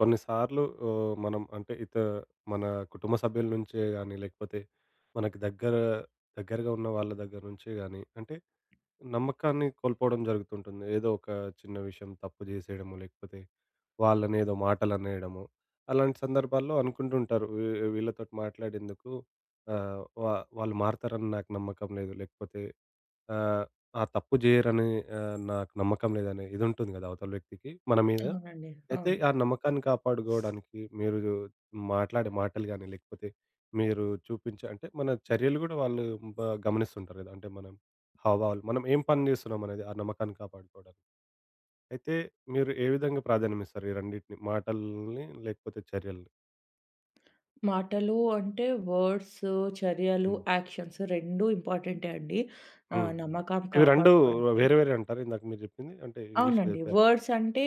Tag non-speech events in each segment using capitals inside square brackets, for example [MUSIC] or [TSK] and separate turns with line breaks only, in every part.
కొన్నిసార్లు మనం అంటే మన కుటుంబ సభ్యుల నుంచే గాని, లేకపోతే మనకి దగ్గరగా ఉన్న వాళ్ళ దగ్గర నుంచే గాని, అంటే నమ్మకాన్ని కోల్పోవడం జరుగుతుంటుంది. ఏదో ఒక చిన్న విషయం తప్పు జేసేయడమో, లేకపోతే వాళ్ళనేదో మాటలనేయడమో, అలాంటి సందర్భాల్లో అనుకుంటుంటారు. వీళ్ళతోటి మాట్లాడేందుకు వాళ్ళు మారతారని నాకు నమ్మకం లేదు. లేకపోతే ఆహ్, ఆ తప్పు జేయరని నాకు నమ్మకం లేదనే ఇదుంటుంది గదా! అవతల వ్యక్తికి మన మీద.
అవునండి.
అయితే
అవును.
ఆ నమ్మకాన్ని కాపాడుకోవడానికి మీరు మాట్లాడే మాటలు గాని, లేకపోతే మీరు చూపించే అంటే మన చర్యలు గూడా వాళ్ళు బ గమనిస్తుంటారు గదా! అంటే మనం హావభావాలు. మనం ఏం పని జేస్తున్నాం అనేది, ఆ నమ్మకాన్ని కాపాడుకోవడానికి. అయితే మీరు ఏ విధంగా ప్రాధాన్యమిస్తారు? ఈ రెండిటిని మాటల్ని లేకపోతే చర్యల్ని?
మాటలు అంటే వర్డ్స్, చర్యలు,
హ్మ్.
యాక్షన్స్ 2 ఇంపార్టెంటే అండి.
హ్మ్. హ్మ్.
నమ్మకం
ఇవి 2
కాపాడుకోవడానికి.
వేరే వేరే అంటారు ఇందాక మీరు జెప్పింది? అంటే ఇంగ్లీష్‌లో
అవునండి.
జెప్పారు.
వర్డ్స్ అంటే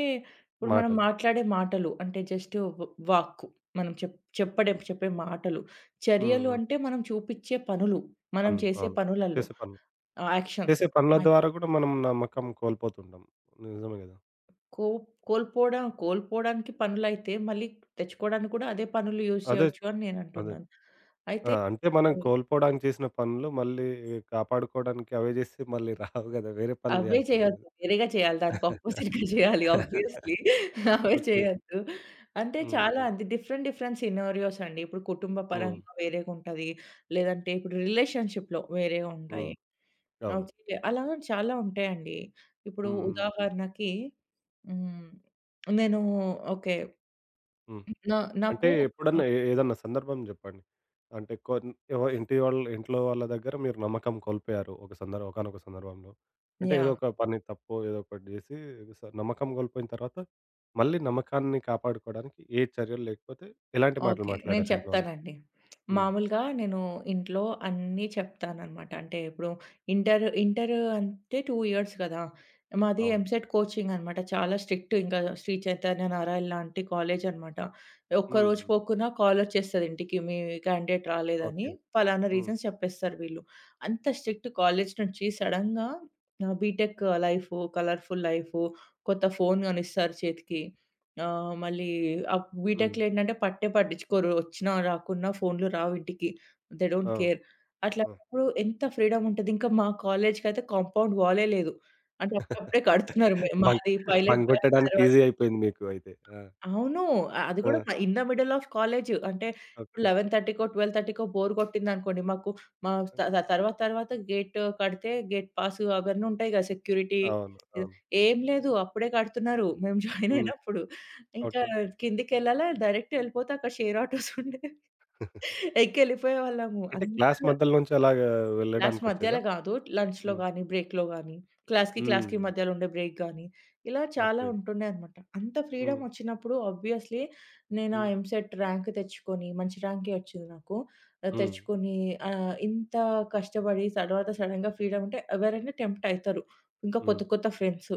ఇప్పుడు మనం
మాటలు.
మాట్లాడే మాటలు అంటే జస్ట్ వ వాక్కు. మనం చెప్పే మాటలు.
హ్మ్.
చర్యలు
హ్మ్.
అంటే మనం చూపిచ్చే పనులు. మనం
పనులు.
చేసే
అవును.
పనులలో
చేసే పనులు.
యాక్షన్స్.
చేసే పనుల
అయి
ద్వారా గూడా మనం నమ్మకం కోల్పోతుంటాం. నిజమే గదా!
కో కోల్పోవడం కోల్పోవడానికి పనులైతే మళ్ళీ తెచ్చుకోవడానికి కూడా అదే పనులు యూజ్
అదే.
చేయొచ్చు అని నేను
అదే.
అంటున్నాను.
ఆ!
అయితే
అంటే మనం కోల్పోవడానికి చేసిన పనులు మళ్ళీ కాపాడుకోవడానికి అవే జేస్తే మళ్ళీ రావు గదా! వేరే పనులు
అవే
జేయాల్సొస్తది.
చేయొద్దు. వేరేగా చేయాలి. దానికి అపోజిట్‌గా చేయాలి
[LAUGHS]
ఆబ్వియస్‌లీ. అవే
ఓకే.
చేయొద్దు. అంటే
హ్మ్.
చాలా అది డిఫరెంట్, డిఫరెంట్ సినారియోస్ అండి. ఇప్పుడు కుటుంబ
హ్మ్.
పరంగా వేరేగుంటది. లేదంటే ఇప్పుడు రిలేషన్‌షిప్‌లో వేరేగుంటాయి.
హ్మ్. అవును.
ఓకే. అలా చాలా ఉంటాయండి. ఇప్పుడు
హ్మ్.
ఉదాహరణకి హ్మ్. నేను ఓకే.
హ్మ్.
నా
అంటే
నాకు
ఎప్పుడన్నా
ఆహ్,
ఏదన్నా సందర్భం జెప్పండి. అంటే ఇంటి వాళ్ళు ఇంట్లో వాళ్ళ దగ్గర మీరు నమ్మకం కోల్పోయారు. ఒక సందర్ ఒకానొక సందర్భంలో. అంటే ఏదో
యాహ్!
ఒక పని తప్పో ఏదో ఒకటి జేసి నమ్మకం కోల్పోయిన తర్వాత మళ్ళీ నమ్మకాన్ని కాపాడుకోవడానికి ఏ చర్యలు లేకపోతే ఎలాంటి మాటలు
ఓకే. నేను
మాట్లాడారు ఇంట్లో వాళ్ళతో?
చెప్తానండి.
హ్మ్.
మామూలుగా నేను ఇంట్లో అన్నీ చెప్తాననమాట. అంటే ఇప్పుడు ఇంటర్ ఇంటర్ అంటే 2 ఇయర్స్ కదా! మాది
అవును.
ఎంసెట్ కోచింగ్ అనమాట. చాలా స్ట్రిక్ట్ ఇంకా శ్రీ చైతన్య నారాయణ లాంటి కాలేజ్ అనమాట.
హ్మ్.
ఒక్కరోజు
హ్మ్.
పోకున్నా కాల్ వచ్చేస్తది ఇంటికి. మీ క్యాండిడేట్ రాలేదని.
ఓకే.
పలానా
హ్మ్.
రీజన్స్ చెప్పేస్తారు వీళ్ళు. అంత స్ట్రిక్ట్ కాలేజ్ నుంచి సడెన్‌గా బీటెక్ లైఫు, కలర్‌ఫుల్ లైఫు, కొత్త ఫోన్ కొనిస్తారు చేతికి. ఆ! మళ్ళీ
హ్మ్.
బీటెక్‌లో ఏంటంటే పట్టించుకోరు. వచ్చినా రాకున్నా ఫోన్‌లు రావు ఇంటికి. దే
ఆ!
Don't care.
ఆ!
అట్లాంటప్పుడు ఎంత ఫ్రీడమ్ ఉంటది. ఇంకా మా కాలేజ్‌కైతే కాంపౌండ్ వాలే లేదు. అంటే అప్పుడప్పుడే కడుతున్నారు.
బంక్
మాది పైలట్ బ్యాచ్
బంగొట్టడానికి
తర్వాత
ఈజీ అయిపోయింది మీకు అయితే. ఆ!
అవును. అది
ఆ!
కూడా in the middle of college. అంటే ఇప్పుడు
ఓకే.
11:30కో, 12:30కో బోర్ కొట్టిందనుకోండి మాకు మా త త- తర్వాత తర్వాత గేట్ కడితే గేట్ పాసు అవన్నీ ఉంటాయి కదా! సెక్యూరిటీ
అవును. అవును.
ఏం లేదు. అప్పుడే కడుతున్నారు. మేము జాయిన్
హ్మ్.
అయినప్పుడు. ఇంకా
ఓకే.
కిందికెళ్ళాలా డైరెక్ట్ ఎళ్ళిపోతే అక్కడ షేర్ ఆటోస్ ఉండేవి. ఎక్కి ఎళ్ళిపోయేవాళ్ళము.
అంటే క్లాస్
అంత
మధ్యలో నుంచి అలాగా
క్లాస్
వెళ్ళడానికొచ్చేదా?
మధ్యలో గాదు. లంచ్‌లో
హ్మ్.
గానీ, బ్రేక్‌లో గానీ, క్లాస్‌కి క్లాస్‌కి
హ్మ్.
మధ్యలో ఉండే బ్రేక్ గానీ, ఇలా చాలా
ఓకే.
ఉంటుండే అనమాట. అంత ఫ్రీడమ్
హ్మ్.
వచ్చినప్పుడు ఆబ్వియస్‌లీ నేను ఆ
హ్మ్.
ఎంసెట్ ర్యాంక్ తెచ్చుకొని, మంచి ర్యాంకే వచ్చింది నాకు. ఆహ్,
హ్మ్.
తెచ్చుకొని ఇంత కష్టపడి తర్వాత సడెన్‌గా ఫ్రీడమ్ అంటే ఎవరైనా టెంప్ట్ అయితారు. ఇంకా
హ్మ్.
కొత్త కొత్త ఫ్రెండ్స్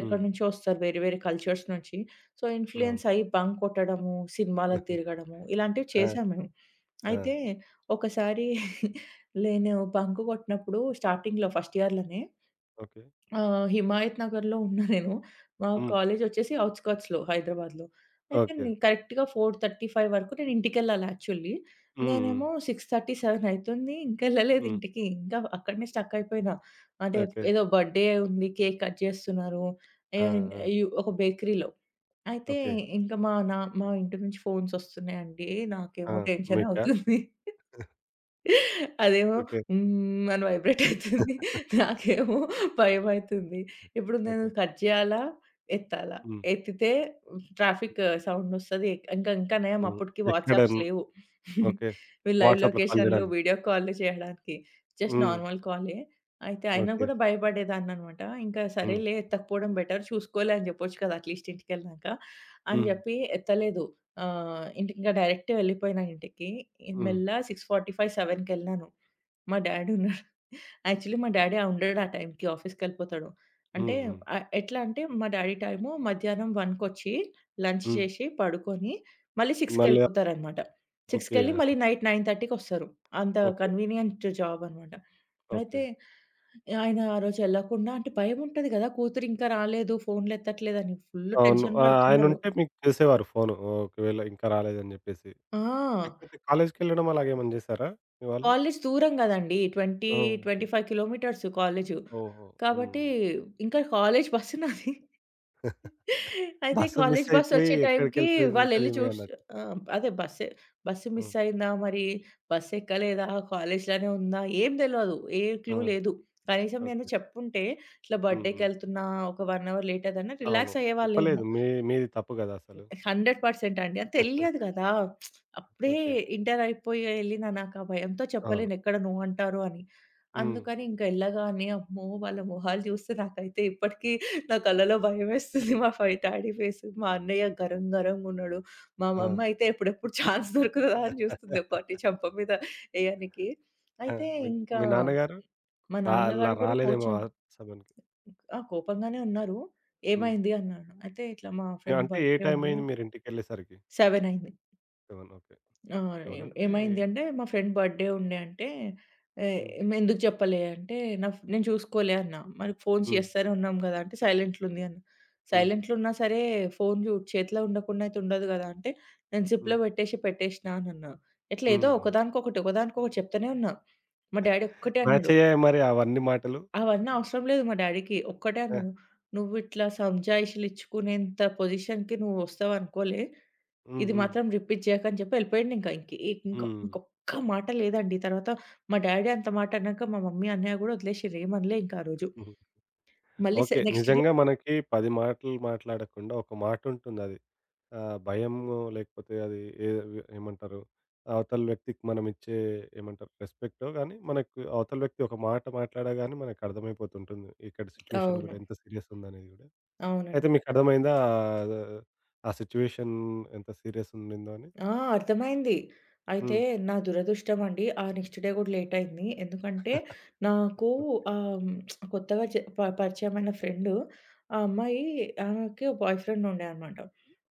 హ్మ్.
నుంచో వస్తారు వేరే వేరే కల్చర్స్ నుంచి. సో,
అవును.
ఇన్‌ఫ్లుయెన్స్ అయ్యి బంక్ కొట్టడము, సినిమాలకు తిరగడము ఇలాంటివి
ఆ!
చేశాం మేము.
ఆ!
అయితే ఒకసారి [LAUGHS] నేను బంక్ కొట్టినప్పుడు స్టార్టింగ్‌లో ఫస్ట్ ఇయర్‌లోనే
ఓకే.
హిమాయత్ నగర్‌లో ఉన్నా నేను. మా
హ్మ్.
కాలేజ్ వచ్చేసి ఔట్‌స్కర్ట్స్‌లో హైదరాబాద్‌లో. అయితే
ఓకే.
నేను కరెక్ట్‌గా 4:35 వరకు నేను ఇంటికెళ్ళాలి యాక్చువల్లీ.
హ్మ్. హ్మ్.
నేనేమో 6:37 అయితుంది. ఇంకా ఎళ్ళలేదు
హ్మ్.
ఇంటికి. ఇంకా అక్కడనే స్టక్ అయిపోయినా. అంటే
ఓకే.
ఏదో బర్త్‌డే ఉంది. కేక్ కట్ చేస్తున్నారు.
ఆ!
అండ్
ఆ!
యు ఒక బేకరీలో. అయితే
ఓకే.
ఇంకా మా ఇంటి నుంచి ఫోన్స్ వస్తున్నాయండి.
ఆ!
నాకేమో టెన్షన్
మీకా?
అవుతుంది. అదేమో
ఓకే.
హ్మ్ అని వైబ్రేట్ అయితుంది. నాకేమో భయమైతుంది. ఇప్పుడు నేను
ఓకే.
కట్ చేయాలా? ఎత్తాలా?
హ్మ్.
ఎత్తితే
హ్మ్.
ట్రాఫిక్ సౌండ్ ఒస్తది. ఇంకా ఇంకా నయం
హ్మ్.
అప్పటికి
ఎక్కడ
వాట్సాప్స్ లేవు.
ఓకే.
వీళ్ళు లైవ్
వాట్సాప్‌లో కాల్
లొకేషన్‌లు,
జేయడానికి.
వీడియో కాల్‌లు చేయడానికి. జస్ట్
హ్మ్.
నార్మల్ కాలే. అయితే అయినా
ఓకే.
గూడా భయపడేదాన్ననమాట. ఇంకా
హ్మ్.
సరేలే ఎత్తకపోవడం బెటర్ చూసుకోలే అని జెప్పొచ్చు కదా! అట్‌లీస్ట్ ఇంటికెళ్ళినాక అని
హ్మ్.
జెప్పి ఎత్తలేదు. ఆ! ఇంటికింకా డైరెక్ట్ వెళ్ళిపోయినా ఇంటికి.
హ్మ్.
మెల్లగా 6:45, 7కి వెళ్ళాను. మా డాడీ ఉన్నాడు. యాక్చువల్లీ మా డాడీ ఉండడు ఆ టైంకి ఆఫీస్‌కెళ్ళిపోతాడు. అంటే
హ్మ్. హ్మ్.
ఎట్లా అంటే మా డాడీ టైము మధ్యాహ్నం 1:00కొచ్చి లంచ్
హ్మ్.
చేసి పడుకొని మళ్ళీ
మళ్ళీ
6:00కెళ్ళిపోతారనమాట.
ఓకే.
6:00కెళ్ళి మళ్ళీ నైట్ 9:30కి అంత
ఓకే.
కన్వీనియంట్ జాబ్ అనమాట.
ఓకే.
అయితే ఆయన ఆ రోజు వెళ్ళకుండా అంటే భయముంటది కదా! కూతురు ఇంకా రాలేదు, ఫోన్‌లెత్తట్లేదని ఫుల్
అవును.
టెన్షన్
ఆ!
పడుతున్నారు.
ఆయనుంటే మీకు చేసేవారు ఫోను. ఒకవేళ ఇంకా రాలేదని జెప్పేసి.
ఆ!
లేకపోతే కాలేజ్‌కెళ్ళడం అలాగేమన్నా జేశారా మీ వాళ్ళు?
కాలేజ్ దూరం గదండీ. 20,
ఆ!
25 కిలోమీటర్స్ కాలేజు.
ఓహో! హ్మ్.
కాబట్టి ఇంకా కాలేజ్ బస్సు నాది. అయితే
బస్సు మిస్
కాలేజ్
అయిపోయి
బస్సొచ్చే టైంకి వాళ్ళెళ్లి
ఎక్కడికెళ్ళిపోయింటదేమి
చూసి
అన్నట్టు.
ఆహ్, అదే బస్సే బస్సు
హ్మ్.
మిస్ అయిందా? మరి బస్సెక్కలేదా? కాలేజ్‌లోనే ఉందా? ఏం తెలవదు. ఏ
ఆ!
క్లూ లేదు. కనీసం నేను
ఓకే.
చెప్పుంటే ఇట్లా
హ్మ్. హ్మ్.
బర్త్‌డేకెళ్తున్నా ఒక 1 అవర్ లేట్ అయిందని
అవును.
రిలాక్స్
చెప్పలేదు.
అయ్యేవాళ్ళేమో.
మీది తప్పు గదా! అసలు.
100% అండి. అది తెలియదు గదా! అప్పుడే
ఓకే.
ఇంటర్ అయిపోయి ఎళ్ళిన నాకు ఆ భయంతో
అవును.
చెప్పలేను ఎక్కడ నో అంటారో అని.
హ్మ్.
అందుకని ఇంక ఎళ్ళగానే అమ్మో! వాళ్ళ మొహాలు జూస్తే నాకైతే ఇప్పటికీ నా కళ్ళలో భయమేస్తుంది. మా డ్యాడీ ఫేస్, మా అన్నయ్య గరం గరంగున్నాడు. మా
ఆ!
మమ్మీ అయితే ఎప్పుడెప్పుడు ఛాన్స్ దొరుకుతదా అని జూస్తుంది
[LAUGHS]
ఒకటి చెంప మీద ఎయనికి.
ఆ!
అయితే
మీ
ఇంకా
మీ నాన్నగారు
మా
రా
నాన్నగారు గూడా
రాలేదేమో
కొంచెం
ఆ సమయానికి.
ఆ! కోపంగానే ఉన్నారు.
హ్మ్.
"ఏమైంది?" అన్నాడు. అయితే ఇట్లా మా
ఆ,
ఫ్రెండ్
అంటే ఏ
బర్త్‌డే
టైం
ఉంది.
అయింది మీరింటికెళ్ళేసరికి?
7 అయింది.
7 ఓకే.
ఆ!
7 అంటే
ఏమైంది అంటే మా ఫ్రెండ్ బర్త్‌డే ఉండే అంటే, "ఏహ్!
హ్మ్.
ఎందుకు చెప్పలే?" అంటే నా ఫ్ నేను చూసుకోలే అన్నా. మరి ఫోన్స్
హ్మ్.
చేస్తూనే ఉన్నాం కదా! అంటే సైలెంట్‌లో ఉంది అన్నా.
హ్మ్.
సైలెంట్‌లో ఉన్నా సరే ఫోన్ చేతిలో ఉండకుండా అయితే ఉండదు కదా! అంటే నేను
హ్మ్.
జిప్‌లో పెట్టేసినా అని అన్నా. ఎట్లా ఏదో
హ్మ్. హ్మ్.
ఒకదానికొకటి, ఒకదానికొకటి చెప్తూనే ఉన్నా. మా డ్యాడీ ఒక్కటే
మ్యాచ్
అన్నాడు.
అయ్యాయా మరి అవన్నీ మాటలు?
అవన్నీ అవసరం లేదు మా డ్యాడీకి. ఒక్కటే
ఆ!
అన్నాడు. "నువ్వు ఇట్లా సంజాయిషీలు ఇచ్చుకునేంత పొజిషన్‌కి నువ్వు వస్తావు అనుకోలే.
హ్మ్.
ఇది
హ్మ్.
మాత్రం రిపీట్ చేయకు అని చెప్పి వెళ్ళిపోయాడు ఇంకా. ఇంక ఇంక
హ్మ్.
ఇంకొక్క మాట లేదండి. తర్వాత మా డ్యాడీ అంత మాట అన్నాక మా మమ్మీ, అన్నయ్య గూడా వదిలేసిర్రు ఏమనలే ఇంకా ఆ రోజు.
హ్మ్.
మళ్ళీ
ఓకే.
నెక్స్ట్ డే
నిజంగా మనకి 10 మాటలు మాట్లాడకుండా ఒక మాటుంటుందది. భయము లేకపోతే అది ఏమంటారు? అవతల వ్యక్తికి మనమిచ్చే ఏమంటారు? రెస్పెక్టో గాని మనకు అవతల వ్యక్తి ఒక మాట మాట్లాడగానే మనకర్థమైపోతుంటుంది. ఇక్కడ సిట్యుయేషన్
అవును.
గూడా ఎంత సీరియస్ ఉందనేది గూడా. అయితే
అవునండి.
మీకర్థమైందా ఆ సిట్యుయేషన్ ఎంత సీరియస్ ఉండిందో అని?
ఆ! అర్థమైంది. అయితే
హ్మ్.
నా దురదృష్టం అండి, ఆ నెక్స్ట్ డే గూడా లేట్ అయింది. ఎందుకంటే నాకు
ఓకే.
ఆహ్, కొత్తగా చె ప పరిచయమైన ఫ్రెండు, ఆ అమ్మాయి ఆమెకి బాయ్ ఫ్రెండ్ ఉండే అనమాట.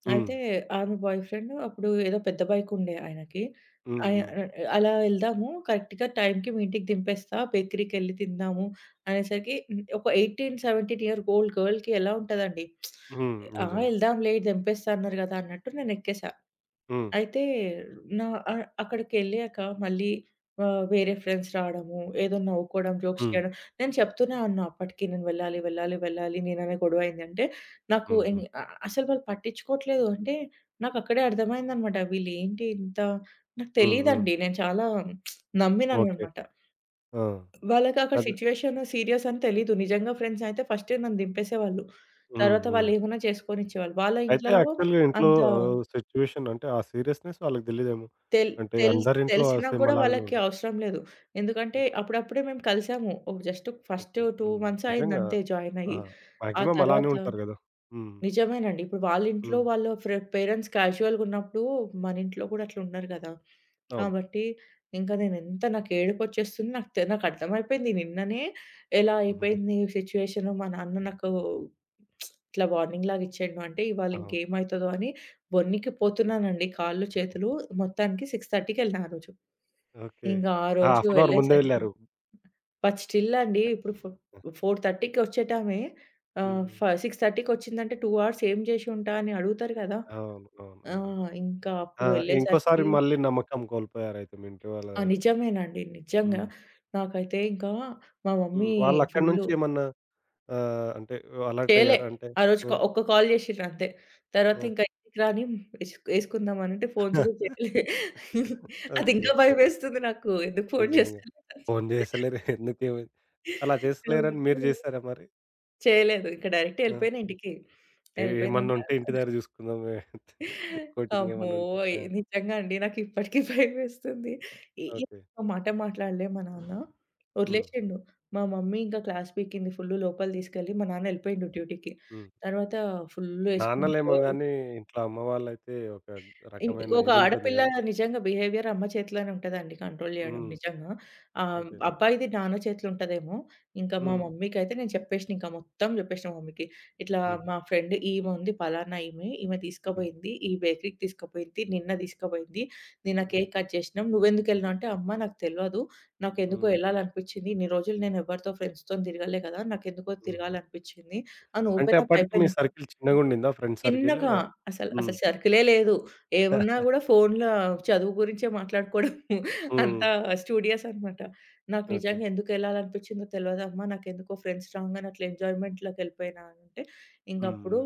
హ్మ్.
అయితే ఆమె బాయ్ ఫ్రెండ్ అప్పుడు ఏదో పెద్ద బైక్ ఉండే ఆయనకి.
హ్మ్.
ఆయ
హ్మ్.
అలా వెళ్దాము కరెక్ట్‌గా టైంకి మీ ఇంటికి దింపేస్తా, బేకరీకెళ్ళి తిందాము అనేసరికి ఒక 18, 17 ఇయర్ ఓల్డ్ గర్ల్‌కి ఎలా ఉంటదండి?
హ్మ్.
ఆ!
నిజంగా.
వెళ్దాంలే దింపేస్తా అన్నారు గదా! అన్నట్టు నేను ఎక్కేసా.
హ్మ్.
అయితే నా అక్కడికెళ్ళాక మళ్ళీ వేరే ఫ్రెండ్స్ రావడము, ఏదో నవ్వుకోవడం, జోక్స్
హ్మ్.
చేయడం. నేను చెప్తూనే ఉన్నా అప్పటికి నేను వెళ్ళాలి, వెళ్ళాలి, వెళ్ళాలి. నేననే గొడవ అయిందంటే నాకు
హ్మ్. హ్మ్.
అసలు వాళ్ళు పట్టించుకోవట్లేదు. అంటే నాకక్కడే అర్థమైందనమాట. వీళ్ళేంటి ఇంత నాకు
హ్మ్. హ్మ్.
తెలీదండి. నేను చాలా
ఓకే.
నమ్మినాననమాట.
ఆ!
వాళ్ళకి అక్కడ
అదే.
సిట్యుయేషన్ సీరియస్ అని తెలీదు. నిజంగా ఫ్రెండ్స్ అయితే ఫస్టే నన్ను దింపేసేవాళ్ళు.
హ్మ్.
తర్వాత
హ్మ్.
వాళ్ళేమన్నా చేసుకొనిచ్చేవాళ్ళు. వాళ్ళ
అయితే
ఇంట్లల్లో
యాక్చువల్‌గా ఇంట్లో
అంత
సిట్యుయేషన్ అంటే ఆ సీరియస్‌నెస్ వాళ్ళకి తెలీదేమో.
తెల్
అంటే
తెల్
అందరింట్లో
తెలిసినా
సేమ్
కూడా
అలాగనే
వాళ్ళకి
ఉండదు.
అవసరం లేదు. ఎందుకంటే
ఓకే.
అప్పుడప్పుడే మేము కలిసాము. ఓహ్! Just first
okay.
2
హ్మ్.
మంత్స్ అయింది
నిజంగా.
అంతే జాయిన్
ఆ!
అయ్యి. ఆ
మాక్సిమం అలానే
తర్వాత
ఉంటారు గదా! హ్మ్.
నిజమేనండి. ఇప్పుడు వాళ్ళింట్లో
హ్మ్.
వాళ్ళ పేరెంట్స్ క్యాజువల్‌గున్నప్పుడు, మనింట్లో గూడా అట్లుండరు గదా!
అవును.
కాబట్టి, ఇంకా నేనెంత నాకు ఏడుపొచ్చేస్తుంది. నాకు నాకర్థమైపోయింది నిన్ననే ఎలా
[LAUGHS]
అయిపోయింది సిచ్యుయేషను. మా నాన్న నాకు ఇట్లా వార్నింగ్ లాగా ఇచ్చిండు అంటే,
అవును.
ఇవాళింకేమైతదో అని బొనికి పోతున్నానండి కాళ్ళు, చేతులు. మొత్తానికి 6:30కి వెళ్ళినా ఆ రోజు.
ఓకే.
ఇంగా ఆ
ఆ!
రోజు
హాఫ్ అన్ అవర్ ముందే
వెళ్ళేసరికి
వెళ్లారు.
బట్ స్టిల్ అండి ఇప్పుడు 4:30కి వచ్చేటామె ఆహ్,
హ్మ్.
ఫ 6:30కొచ్చిందంటే 2 అవర్స్ ఏం జేసి ఉంటా అని అడుగుతారు గదా!
అవును. అవును. నిజంగా.
ఇంకా
ఆ!
అప్పుడు
ఇంకోసారి
వెళ్ళేసరికి
మళ్ళీ నమ్మకం కోల్పోయారైతే మీ ఇంటి వాళ్ళ
ఆ!
దగ్గర.
నిజమేనండి. నిజంగా.
హ్మ్.
నాకైతే ఇంకా మా
హ్మ్.
మమ్మీ
వాళ్ళక్కడి నుంచి
ఫుల్లు
ఏమన్నా అంటే అలర్ట్
చేయలే.
అయ్యారా? అంటే
ఆ రోజు
ఆ!
ఒక్క కాల్ జేషిర్రు అంతే. తర్వాత
ఆ!
ఇంకా ఇంటికి రాని ఏసుకుందాం అనంటే ఫోన్స్ గూడా
[LAUGHS]
చేయలే. [LAUGHS] అది
ఓకే.
ఇంకా భయమేస్తుంది నాకు. ఎందుకు ఫోను
నిజంగా.
జేస్తలేదని.
ఫోను చేస్తలేరు
[LAUGHS]
[LAUGHS] ఎందుకేమైంది? అలా చేస్తలేరని
కాబట్టి
మీరు చేసారా మరి?
చేయలేదు. ఇక డైరెక్ట్
ఆ!
ఎళ్ళిపోయినా ఇంటికి. ఎళ్ళిపోయినంక
ఏమన్నుంటే ఇంటి దగ్గర చూసుకుందాం [LAUGHS] కోటింగ్ ఏమన్నుంటే.
అమ్మోయ్!
ఆ!
నిజంగా అండి. నాకిప్పటికి భయమేస్తుంది. ఏ ఏ
ఓకే.
ఒక్క మాట మాట్లాడలే మా నాన్న.
హ్మ్.
వదిలేసిండు. మా మమ్మీ ఇంకా క్లాస్ పీకింది ఫుల్లు లోపల తీసుకెళ్ళి. మా నాన్న ఎళ్ళిపోయిండు డ్యూటీకి.
హ్మ్.
తర్వాత ఫుల్లు ఏసుకుంది.
నాన్నలేమో
ఎవరు
గానీ ఇంట్లో అమ్మ వాళ్ళైతే ఒక
ఇం
రకమైన
ఒక
ఇదుంటుంది
ఆడపిల్ల
గదా!
నిజంగా బిహేవియర్ అమ్మ చేతిలోనే ఉంటదండి కంట్రోల్ జేయడం
హ్మ్.
నిజంగా.
ఓకే.
అబ్బాయిది నాన్న చేతిలో ఉంటదేమో. ఇంకా మా
హ్మ్.
మమ్మీకైతే నేను చెప్పేషిన ఇంకా మొత్తం జెప్పేషిన మా మమ్మీకి. ఇట్లా
హ్మ్.
మా ఫ్రెండ్ ఈమె ఉంది పలానా ఈమె, ఈమె
హ్మ్.
తీసుకపోయింది. ఈ బేకరీకి తీసుకపోయింది. నిన్న తీసుకపోయింది. నిన్న
హ్మ్.
Cake cut చేషినాం. నువ్వెందుకెళ్ళినావు అంటే, "అమ్మ నాకు తెలవదు. నాకెందుకో
హ్మ్.
యెళ్ళాలనిపిచ్చింది. ఇన్ని రోజులు నేను ఎవరితో ఫ్రెండ్స్‌తోని తిరగలే గదా! నాకెందుకో
హ్మ్.
తిరగాలనిపిచ్చింది" అని
అంటే
ఓపెన్ అప్
అప్పటికి మీ
అయిపోయానింకా.
సర్కిల్ చిన్నగుండిందా? Friend circle?
చిన్నగా
హ్మ్.
అసలు సర్కిలే లేదు. ఏమున్నా గూడా ఫోన్‌ల చదువు గురించే మాట్లాడుకోవడం.
హ్మ్.
[LAUGHS] అంతా స్టూడియస్ అనమాట. నాకు
ఓకే.
నిజంగా ఎందుకెళ్ళాలనిపించిందో తెలవదమ్మా. నాకెందుకో ఫ్రెండ్స్ రాంగానే అట్లా ఎంజాయ్‌మెంట్‌లోకెళ్ళిపోయినా అంటే, ఇంగప్పుడు
హ్మ్.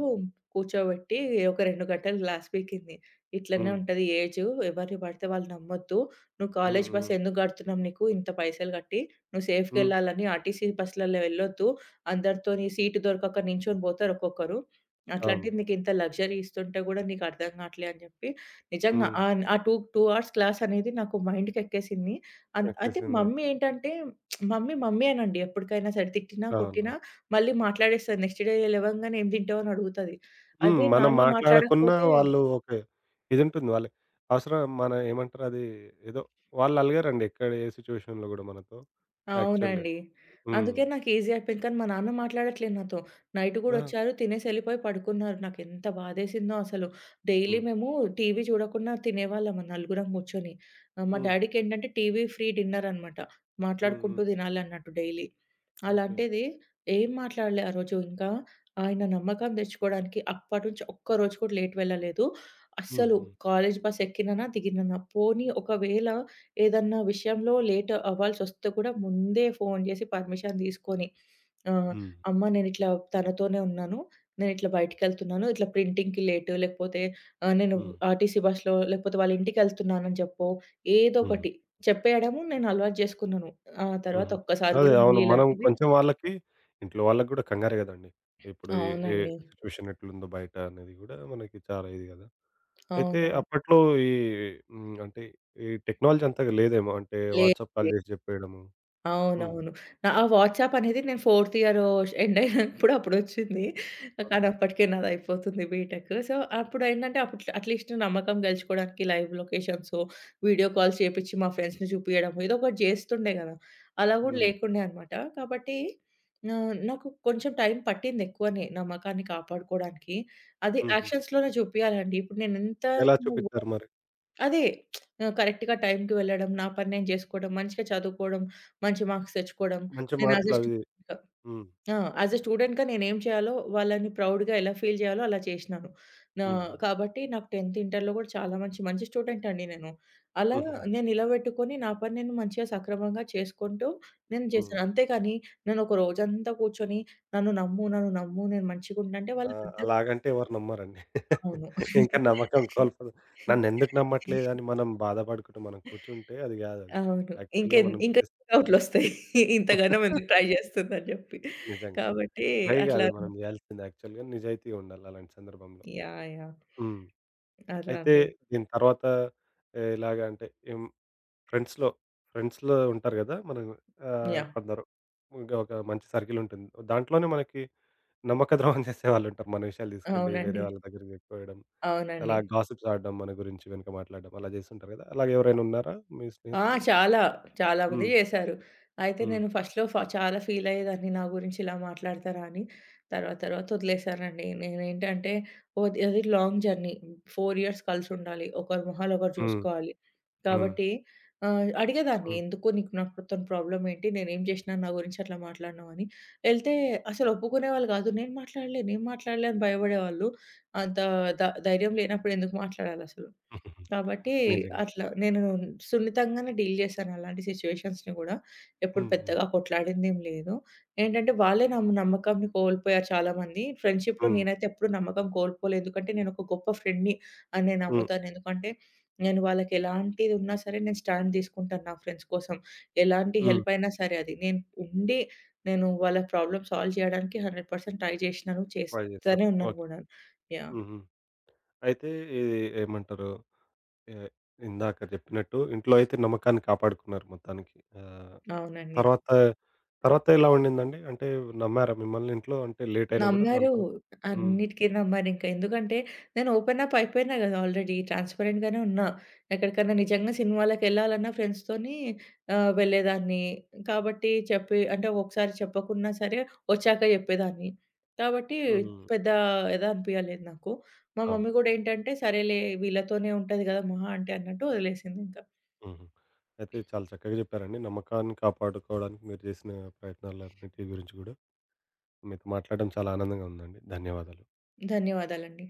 కూర్చోబెట్టి ఒక 2 గంటలు క్లాస్ పీకింది. ఇట్లనే
హ్మ్.
ఉంటది ఏజు. ఎవరిని పడితే వాళ్ళు నమ్మొద్దు. నువ్వు
హ్మ్.
కాలేజీ బస్
హ్మ్.
ఎందుకు కడుతున్నాం నీకు ఇంత పైసలు కట్టి? నువ్వు
హ్మ్.
సేఫ్‌గెళ్ళాలని ఆర్టీసీ బస్‌లలో వెళ్ళొద్దు. అందరితోని సీటు దొరకక నించొని పోతారు ఒక్కొక్కరు.
అవును.
అట్లాంటిది నీకింత లగ్జరీ ఇస్తుంటే గూడా నీకర్థం గాట్లే అని జెప్పి, నిజంగా
హ్మ్.
ఆన్ ఆ 2, 2 అవర్స్ క్లాసనేది నాకు మైండ్‌కెక్కేసింది. అయితే
ఎక్కేసిందయితే.
మమ్మీ ఏంటంటే, మమ్మీ మమ్మీయేనండి ఎప్పటికైనా సరే. తిట్టినా,
అవునవును.
కొట్టినా మళ్ళీ మాట్లాడేస్తది. నెక్స్ట్ డే లెవంగానే ఏం తింటావు అని అడుగుతది.
హ్మ్.
అదే
మనం
నాన్న
మాట్లాడకున్నా
మాట్లాడకపోతే
వాళ్ళు ఓకే. ఇదుంటుంది వాళ్ళకి. అవసరం మన ఏమంటారు అది ఏదో వాళ్ళు అలగరండి ఎక్కడ ఏ సిట్యుయేషన్‌లో గూడా మనతో యాక్చువల్‌గా.
అవునండి.
హ్మ్.
అందుకే నాకు ఈజీ అయిపోయింది. కానీ మా నాన్న మాట్లాడట్లేదు నాతో. నైట్ గూడా
ఆ!
వచ్చారు, తినేసి ఎళ్ళిపోయి పడుకున్నారు. నాకెంత బాధేసిందో అసలు. డైలీ
హ్మ్.
మేము టీవీ చూడకుండా తినేవాళ్ళం నలుగురం కూర్చొని. మా
హ్మ్.
డ్యాడీకేంటంటే టీవీ ఫ్రీ డిన్నర్ అన్నమాట.
హ్మ్. హ్మ్.
మాట్లాడుకుంటూ తినాలన్నట్టు డైలీ.
ఓకే.
అలాంటిది ఏం మాట్లాడలే ఆ రోజు ఇంకా. ఆయన నమ్మకం తెచ్చుకోవడానికి అప్పటినుంచి ఒక్కరోజు కూడా లేట్ వెళ్ళలేదు.
హ్మ్.
అస్సలు
హ్మ్.
కాలేజ్ బస్ ఎక్కిననా, దిగిననా. పోనీ ఒకవేళ ఏదన్నా విషయంలో లేట్ అవ్వాల్సొస్తే కూడా ముందే ఫోను జేసి పర్మిషన్ తీసుకొని ఆహ్,
హ్మ్.
అమ్మ నేనిట్లా తనతోనే ఉన్నాను. నేనిట్లా బయటికెళ్తున్నాను. ఇట్లా ప్రింటింగ్‌కి లేటు లేకపోతే నేను
హ్మ్.
ఆర్‌టీసీ బస్‌లో లేకపోతే వాళ్ళ ఇంటికెళ్తున్నానని జెప్పో.
హ్మ్.
ఏదోకటి చెప్పేయడము నేను అలవాటు జేసుకున్నాను. ఆ తర్వాత
హుహు.
ఒక్కసారి
అదే.
గూడా మళ్ళీ
అవును. మనం
ఇలాంటివి
కొంచెం వాళ్ళకి ఇంట్లో వాళ్ళకి గూడా కంగారే గదండీ. ఇప్పుడు ఏ, ఏ
అవునండి.
సిట్యుయేషన్ ఎట్లుందో బయట అనేది గూడా మనకి చాలా ఇది గదా! అయితే
అవునండి.
అప్పట్లో ఈ హ్మ్. అంటే ఈ టెక్నాలజీ అంతగా లేదేమో. అంటే
లేదు.
వాట్సాప్ కాల్ జేసి జెప్పేయడము. హ్మ్.
అవునవును. నా ఆ వాట్సాప్ అనేది నేను ఫోర్త్ ఇయర్ ఎండ్ అయినప్పుడు అప్పుడొచ్చింది. కానీ
ఓకే.
అప్పటికే నాదయిపోతుంది బీటెక్. సో, అప్పుడేంటంటే అప్పుడు అట్‌లీస్ట్ నమ్మకం గెలుచుకోవడానికి లైవ్ లొకేషన్సో, వీడియో కాల్స్ చేపిచ్చి మా ఫ్రెండ్స్‌ని చూపియడమో ఏదో ఒకటి జేస్తుండే గదా! అలా గూడా
హ్మ్.
లేకుండే అనమాట. కాబట్టి నాకు కొంచెం టైం పట్టింది ఎక్కువనే నమ్మకాన్ని కాపాడుకోవడానికి. అది
హుహు.
యాక్షన్స్‌లోనే చూపియాలండి. ఇప్పుడు నేనెంత
ఎలా చూపిచ్చారు మరి?
అదే [TSK] కరెక్ట్‌గా టైంకి వెళ్ళడం, నా పని నేను జేసుకోవడం, మంచిగా చదువుకోవడం, మంచి మార్క్స్ తెచ్చుకోవడం.
మంచి
నేను యాజ్ ఎ
మార్కులవి
స్టూడెంట్‌గా
హ్మ్.
ఆ! యాజ్ ఎ స్టూడెంట్‌గా నేనేం చేయాలో వాళ్ళని ప్రౌడ్‌గా ఎలా ఫీల్ చేయాలో అలా చేసినాను. నా
హుహు.
కాబట్టి నాకు 10థ్, ఇంటర్‌లో కూడా చాలా మంచి స్టూడెంట్ అండి నేను. అలా
హుహుహు.
నేను నిలబెట్టుకొని నా పని నేను మంచిగా సక్రమంగా చేసుకుంటూ నేను
హ్మ్.
చేశాను. అంతేగాని నేను ఒక రోజంతా కూర్చొని నన్ను నమ్ము, నన్ను నమ్ము నేను మంచిగుంటా అంటే
ఆ!
వాళ్ళకి అర్థం
అలాగంటే ఎవరు నమ్మరండి.
అవును.
ఇంకా నమ్మకం కోల్పోదు. నన్నెందుకు నమ్మట్లేదని మనం బాధపడుకుంటూ మనం కూర్చుంటే అది గాదది.
అవును.
యాక్చువల్‌గా మనం
ఇంకా డౌట్‌లొస్తాయి. ఇంతగనం [LAUGHS] ఎందుకు
[LAUGHS]
ట్రై జేస్తుందని జెప్పి.
నిజంగా.
కాబట్టి
పైగా
అట్లా
అది మనం జేయాల్సింది యాక్చువల్‌గా నిజాయితీగా ఉండాలి అలాంటి సందర్భంలో.
యాహ్! యాహ్!
హ్మ్.
అలా
అయితే
అండి.
దీని తర్వాత ఎలాగ అంటే ఏం ఫ్రెండ్స్‌లో, ఫ్రెండ్స్‌లో ఉంటారు గదా! మనం
యాహ్!
కొందరు ఇంకా ఒక మంచి సర్కిల్ ఉంటుంది. దాంట్లోనే మనకి నమ్మక ద్రోహం చేసేవాళ్ళుంటారు. మన విషయాలు తీసుకెళ్ళి వేరే
అవునండి.
వాళ్ళ దగ్గరికి జెప్పుకోవడం. అలా
అవునండి.
గాసిప్స్ ఆడడం మన గురించి వెనక మాట్లాడడం అలా జేస్తుంటారు గదా! అలాగెవరైనా ఉన్నారా మీ
ఆ!
స్నేహితుల్లో?
చాలా. చాలా మంది
హ్మ్.
చేశారు. అయితే
హ్మ్.
నేను ఫస్ట్‌లో చాలా ఫీల్ అయ్యేదాన్ని. నా గురించి ఇలా మాట్లాడతారా అని. తర్వాత తర్వాత వదిలేసానండి. నేనేంటంటే అది లాంగ్ జర్నీ. 4 ఇయర్స్ కలిసుండాలి. ఒకరి మొహాలు ఒకరు
హ్మ్.
చూసుకోవాలి.
హ్మ్.
కాబట్టి అడిగేదాన్ని
హ్మ్.
ఎందుకు నీకు నాతోని ప్రాబ్లమ్ ఏంటి? నేనేం చేసినా నా గురించి అట్లా మాట్లాడినావు అని. ఎళ్తే అసలు ఒప్పుకునేవాళ్ళు కాదు. నేను మాట్లాడలే, నేను మాట్లాడలే అని భయపడేవాళ్ళు. అంత ధైర్యం లేనప్పుడు ఎందుకు మాట్లాడాలసలు? కాబట్టి
[LAUGHS] నిజంగా.
అట్లా నేను సున్నితంగానే డీల్ చేశాను అలాంటి సిట్యుయేషన్స్‌ని గూడా. ఎప్పుడు
హ్మ్. హ్మ్.
పెద్దగా కొట్లాడిందేం లేదు. ఏంటంటే వాళ్ళే నా నమ్మకాన్ని కోల్పోయారు చాలామంది. ఫ్రెండ్‌షిప్‌లో
హ్మ్.
నేనైతే ఎప్పుడు నమ్మకం కోల్పోలేదు. ఎందుకంటే నేను ఒక గొప్ప ఫ్రెండ్‌ని అని నేను
హ్మ్.
నమ్ముతాను. ఎందుకంటే నేను వాళ్ళకి ఎలాంటిది ఉన్నా సరే నేను స్టాండ్ తీసుకుంటాను నా ఫ్రెండ్స్ కోసం. ఎలాంటి
హ్మ్.
హెల్ప్ అయినా సరే అది. నేను ఉండి నేను వాళ్ళ ప్రాబ్లమ్ సాల్వ్ చేయడానికి 100% ట్రై చేసినాను.
ట్రై
చేస్తూనే
జేస్తారు.
ఉన్నాను
ఓకే.
గూడా. యాహ్!
హ్మ్. హ్మ్. అయితే ఇది ఏమంటారు? ఎ ఇందాక జెప్పినట్టు ఇంట్లో అయితే నమ్మకాన్ని కాపాడుకున్నారు మొత్తానికి. ఆహ్,
అవునండి.
తర్వాత తర్వాత ఎలా ఉండిందండి? అంటే నమ్మారా మిమ్మల్ని ఇంట్లో? అంటే లేట్ అయినా గూడా దాని
నమ్మరు.
తర్వాత? హ్మ్.
అన్నిటికి నమ్మరింక. ఎందుకంటే నేను ఓపెన్ అప్ అయిపోయినా గదా! ఆల్రెడీ ట్రాన్స్‌పరెంట్ గానే ఉన్నా. ఎక్కడికన్నా నిజంగా సినిమాలకెళ్ళాలన్నా ఫ్రెండ్స్‌తోని వెళ్ళేదాన్ని. కాబట్టి చెప్పి అంటే ఒకసారి చెప్పకున్నా సరే వచ్చాక చెప్పేదాన్ని. కాబట్టి
హ్మ్.
పెద్ద ఏదో అనిపియలేదు నాకు. మా
అవును.
మమ్మీ గూడా ఏంటంటే, సరేలే వీళ్ళతోనే ఉంటది గదా! మహా అంటే అన్నట్టు వదిలేసిందింక.
హుహు. అయితే చాలా చక్కగా చెప్పారండి. నమ్మకాన్ని కాపాడుకోవడానికి మీరు చేసిన ప్రయత్నాలన్నిటి గురించి గూడా. మీతో మాట్లాడడం చాలా ఆనందంగా ఉందండి. ధన్యవాదాలు.
ధన్యవాదాలండి.